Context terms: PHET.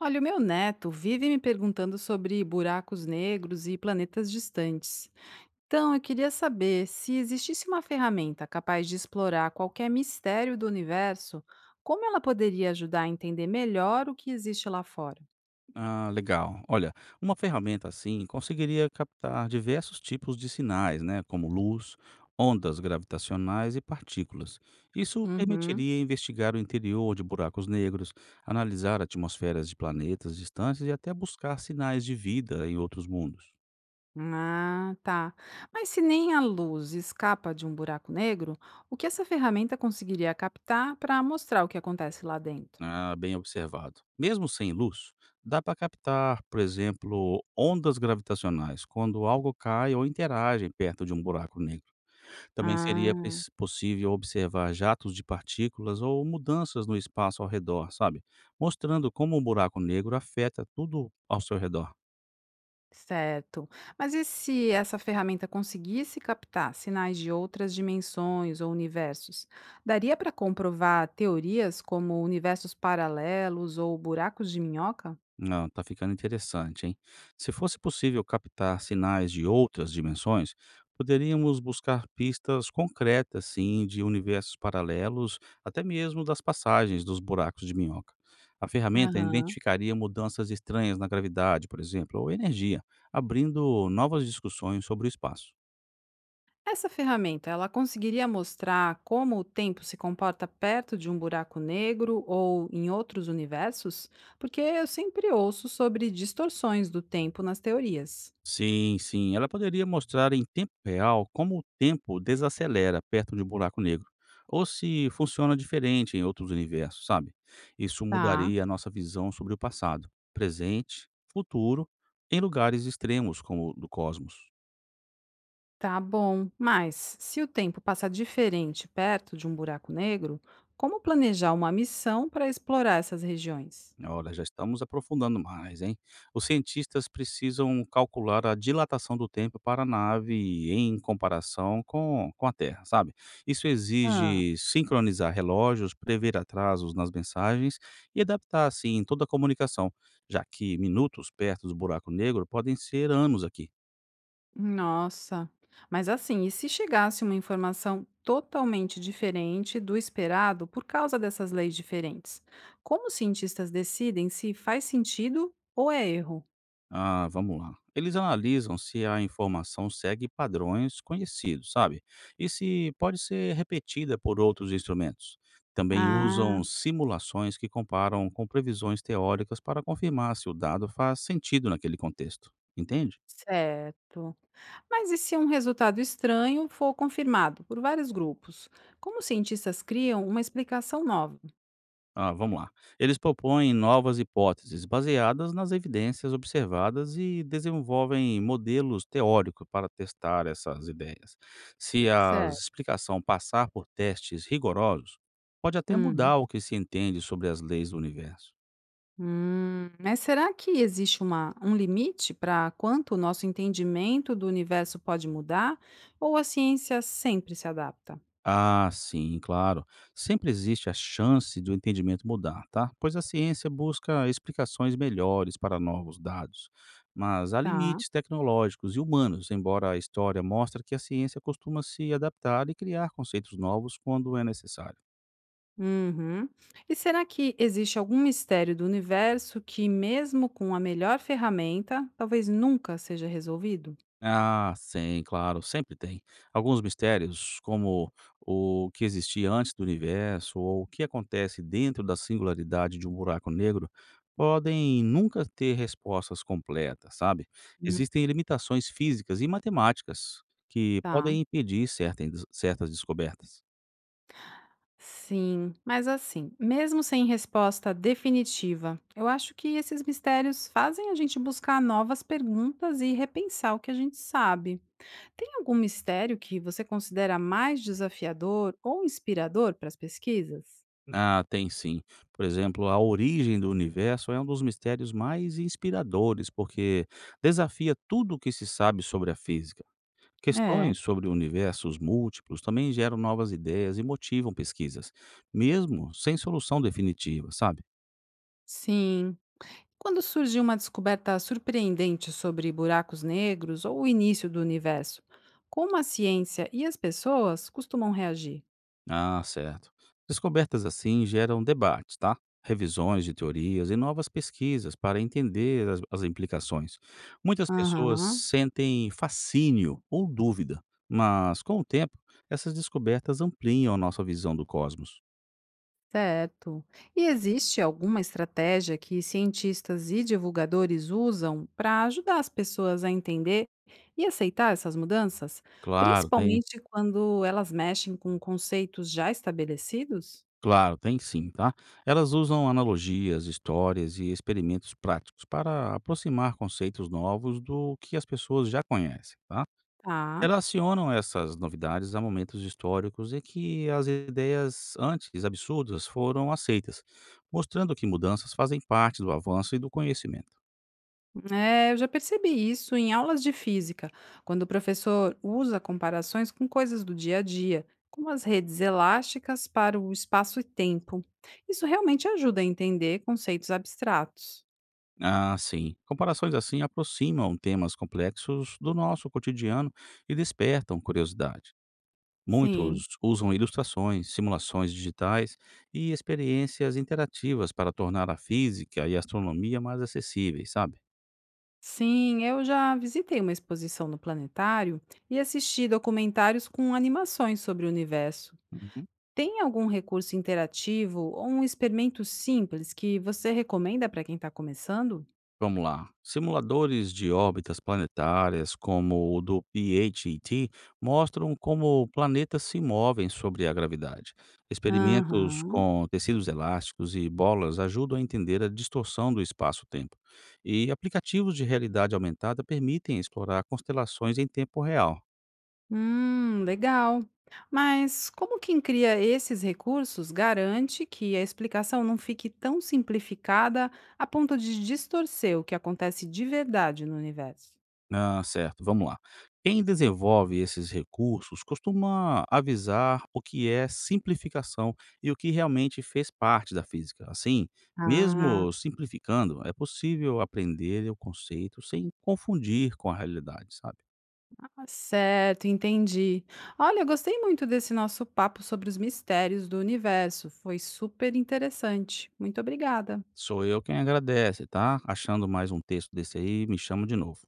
Olha, o meu neto vive me perguntando sobre buracos negros e planetas distantes. Então, eu queria saber se existisse uma ferramenta capaz de explorar qualquer mistério do universo, como ela poderia ajudar a entender melhor o que existe lá fora? Ah, legal. Olha, uma ferramenta assim conseguiria captar diversos tipos de sinais, né, como luz, ondas gravitacionais e partículas. Isso Uhum. permitiria investigar o interior de buracos negros, analisar atmosferas de planetas distantes e até buscar sinais de vida em outros mundos. Ah, tá. Mas se nem a luz escapa de um buraco negro, o que essa ferramenta conseguiria captar para mostrar o que acontece lá dentro? Ah, bem observado. Mesmo sem luz, dá para captar, por exemplo, ondas gravitacionais quando algo cai ou interage perto de um buraco negro. Também seria pes possível observar jatos de partículas ou mudanças no espaço ao redor, sabe, mostrando como o buraco negro afeta tudo ao seu redor. Certo. Mas e se essa ferramenta conseguisse captar sinais de outras dimensões ou universos? Daria para comprovar teorias como universos paralelos ou buracos de minhoca? Não tá ficando interessante, hein. Se fosse possível captar sinais de outras dimensões, poderíamos buscar pistas concretas, sim, de universos paralelos, até mesmo das passagens dos buracos de minhoca. A ferramenta Aham. identificaria mudanças estranhas na gravidade, por exemplo, ou energia, abrindo novas discussões sobre o espaço. Essa ferramenta, ela conseguiria mostrar como o tempo se comporta perto de um buraco negro ou em outros universos? Porque eu sempre ouço sobre distorções do tempo nas teorias. Sim, sim. Ela poderia mostrar em tempo real como o tempo desacelera perto de um buraco negro, ou se funciona diferente em outros universos, sabe? Isso Tá. mudaria a nossa visão sobre o passado, presente, futuro, em lugares extremos como o do cosmos. Tá bom, mas se o tempo passar diferente perto de um buraco negro, como planejar uma missão para explorar essas regiões? Olha, já estamos aprofundando mais, hein? Os cientistas precisam calcular a dilatação do tempo para a nave em comparação com a Terra, sabe? Isso Ah, exige sincronizar relógios, prever atrasos nas mensagens e adaptar, assim, toda a comunicação, já que minutos perto do buraco negro podem ser anos aqui. nossa. Mas assim, e se chegasse uma informação totalmente diferente do esperado por causa dessas leis diferentes? Como os cientistas decidem se faz sentido ou é erro? Ah, vamos lá. Eles analisam se a informação segue padrões conhecidos, sabe? E se pode ser repetida por outros instrumentos. Também Ah, usam simulações que comparam com previsões teóricas para confirmar se o dado faz sentido naquele contexto. Entende? certo. Mas e se um resultado estranho for confirmado por vários grupos? Como os cientistas criam uma explicação nova? Ah, vamos lá. Eles propõem novas hipóteses baseadas nas evidências observadas e desenvolvem modelos teóricos para testar essas ideias. Se a Certo. explicação passar por testes rigorosos, pode até Hum, mudar o que se entende sobre as leis do universo. Mas será que existe uma um limite para quanto o nosso entendimento do universo pode mudar? Ou a ciência sempre se adapta? Ah, sim, claro. Sempre existe a chance do entendimento mudar, tá? Pois a ciência busca explicações melhores para novos dados. Mas há Tá. limites tecnológicos e humanos, embora a história mostre que a ciência costuma se adaptar e criar conceitos novos quando é necessário. Uhum. E será que existe algum mistério do universo que, mesmo com a melhor ferramenta, talvez nunca seja resolvido? Ah, sim, claro, sempre tem. Alguns mistérios, como o que existia antes do universo ou o que acontece dentro da singularidade de um buraco negro, podem nunca ter respostas completas, sabe? Hum, Existem limitações físicas e matemáticas que Tá. podem impedir certas descobertas. Sim, mas assim, mesmo sem resposta definitiva, eu acho que esses mistérios fazem a gente buscar novas perguntas e repensar o que a gente sabe. Tem algum mistério que você considera mais desafiador ou inspirador para as pesquisas? Ah, tem sim. Por exemplo, a origem do universo é um dos mistérios mais inspiradores, porque desafia tudo o que se sabe sobre a física. É, Questões sobre universos múltiplos também geram novas ideias e motivam pesquisas, mesmo sem solução definitiva, sabe? sim. Quando surgiu uma descoberta surpreendente sobre buracos negros ou o início do universo, como a ciência e as pessoas costumam reagir? Ah, certo. Descobertas assim geram debates, tá? Revisões de teorias e novas pesquisas para entender as implicações. Muitas pessoas Aham. sentem fascínio ou dúvida, mas com o tempo, essas descobertas ampliam a nossa visão do cosmos. Certo. E existe alguma estratégia que cientistas e divulgadores usam para ajudar as pessoas a entender e aceitar essas mudanças, Claro, tem principalmente quando elas mexem com conceitos já estabelecidos? Claro, tem sim, tá? Elas usam analogias, histórias e experimentos práticos para aproximar conceitos novos do que as pessoas já conhecem, tá? Tá. Relacionam essas novidades a momentos históricos em que as ideias antes absurdas foram aceitas, mostrando que mudanças fazem parte do avanço e do conhecimento. É, eu já percebi isso em aulas de física, quando o professor usa comparações com coisas do dia a dia, como as redes elásticas para o espaço e tempo. Isso realmente ajuda a entender conceitos abstratos. Ah, sim. Comparações assim aproximam temas complexos do nosso cotidiano e despertam curiosidade. Sim. Muitos usam ilustrações, simulações digitais e experiências interativas para tornar a física e a astronomia mais acessíveis, sabe? Sim, eu já visitei uma exposição no planetário e assisti documentários com animações sobre o universo. Uhum. Tem algum recurso interativo ou um experimento simples que você recomenda para quem está começando? Vamos lá. Simuladores de órbitas planetárias, como o do PHET, mostram como planetas se movem sobre a gravidade. Experimentos Aham. com tecidos elásticos e bolas ajudam a entender a distorção do espaço-tempo. E aplicativos de realidade aumentada permitem explorar constelações em tempo real. Legal. Mas como quem cria esses recursos garante que a explicação não fique tão simplificada a ponto de distorcer o que acontece de verdade no universo? Ah, certo, vamos lá. Quem desenvolve esses recursos costuma avisar o que é simplificação e o que realmente fez parte da física. Assim, Ah, mesmo simplificando, é possível aprender o conceito sem confundir com a realidade, sabe? tá, certo, entendi. Olha, eu gostei muito desse nosso papo sobre os mistérios do universo. Foi super interessante. Muito obrigada. Sou eu quem agradece, tá? Achando mais um texto desse aí, me chama de novo.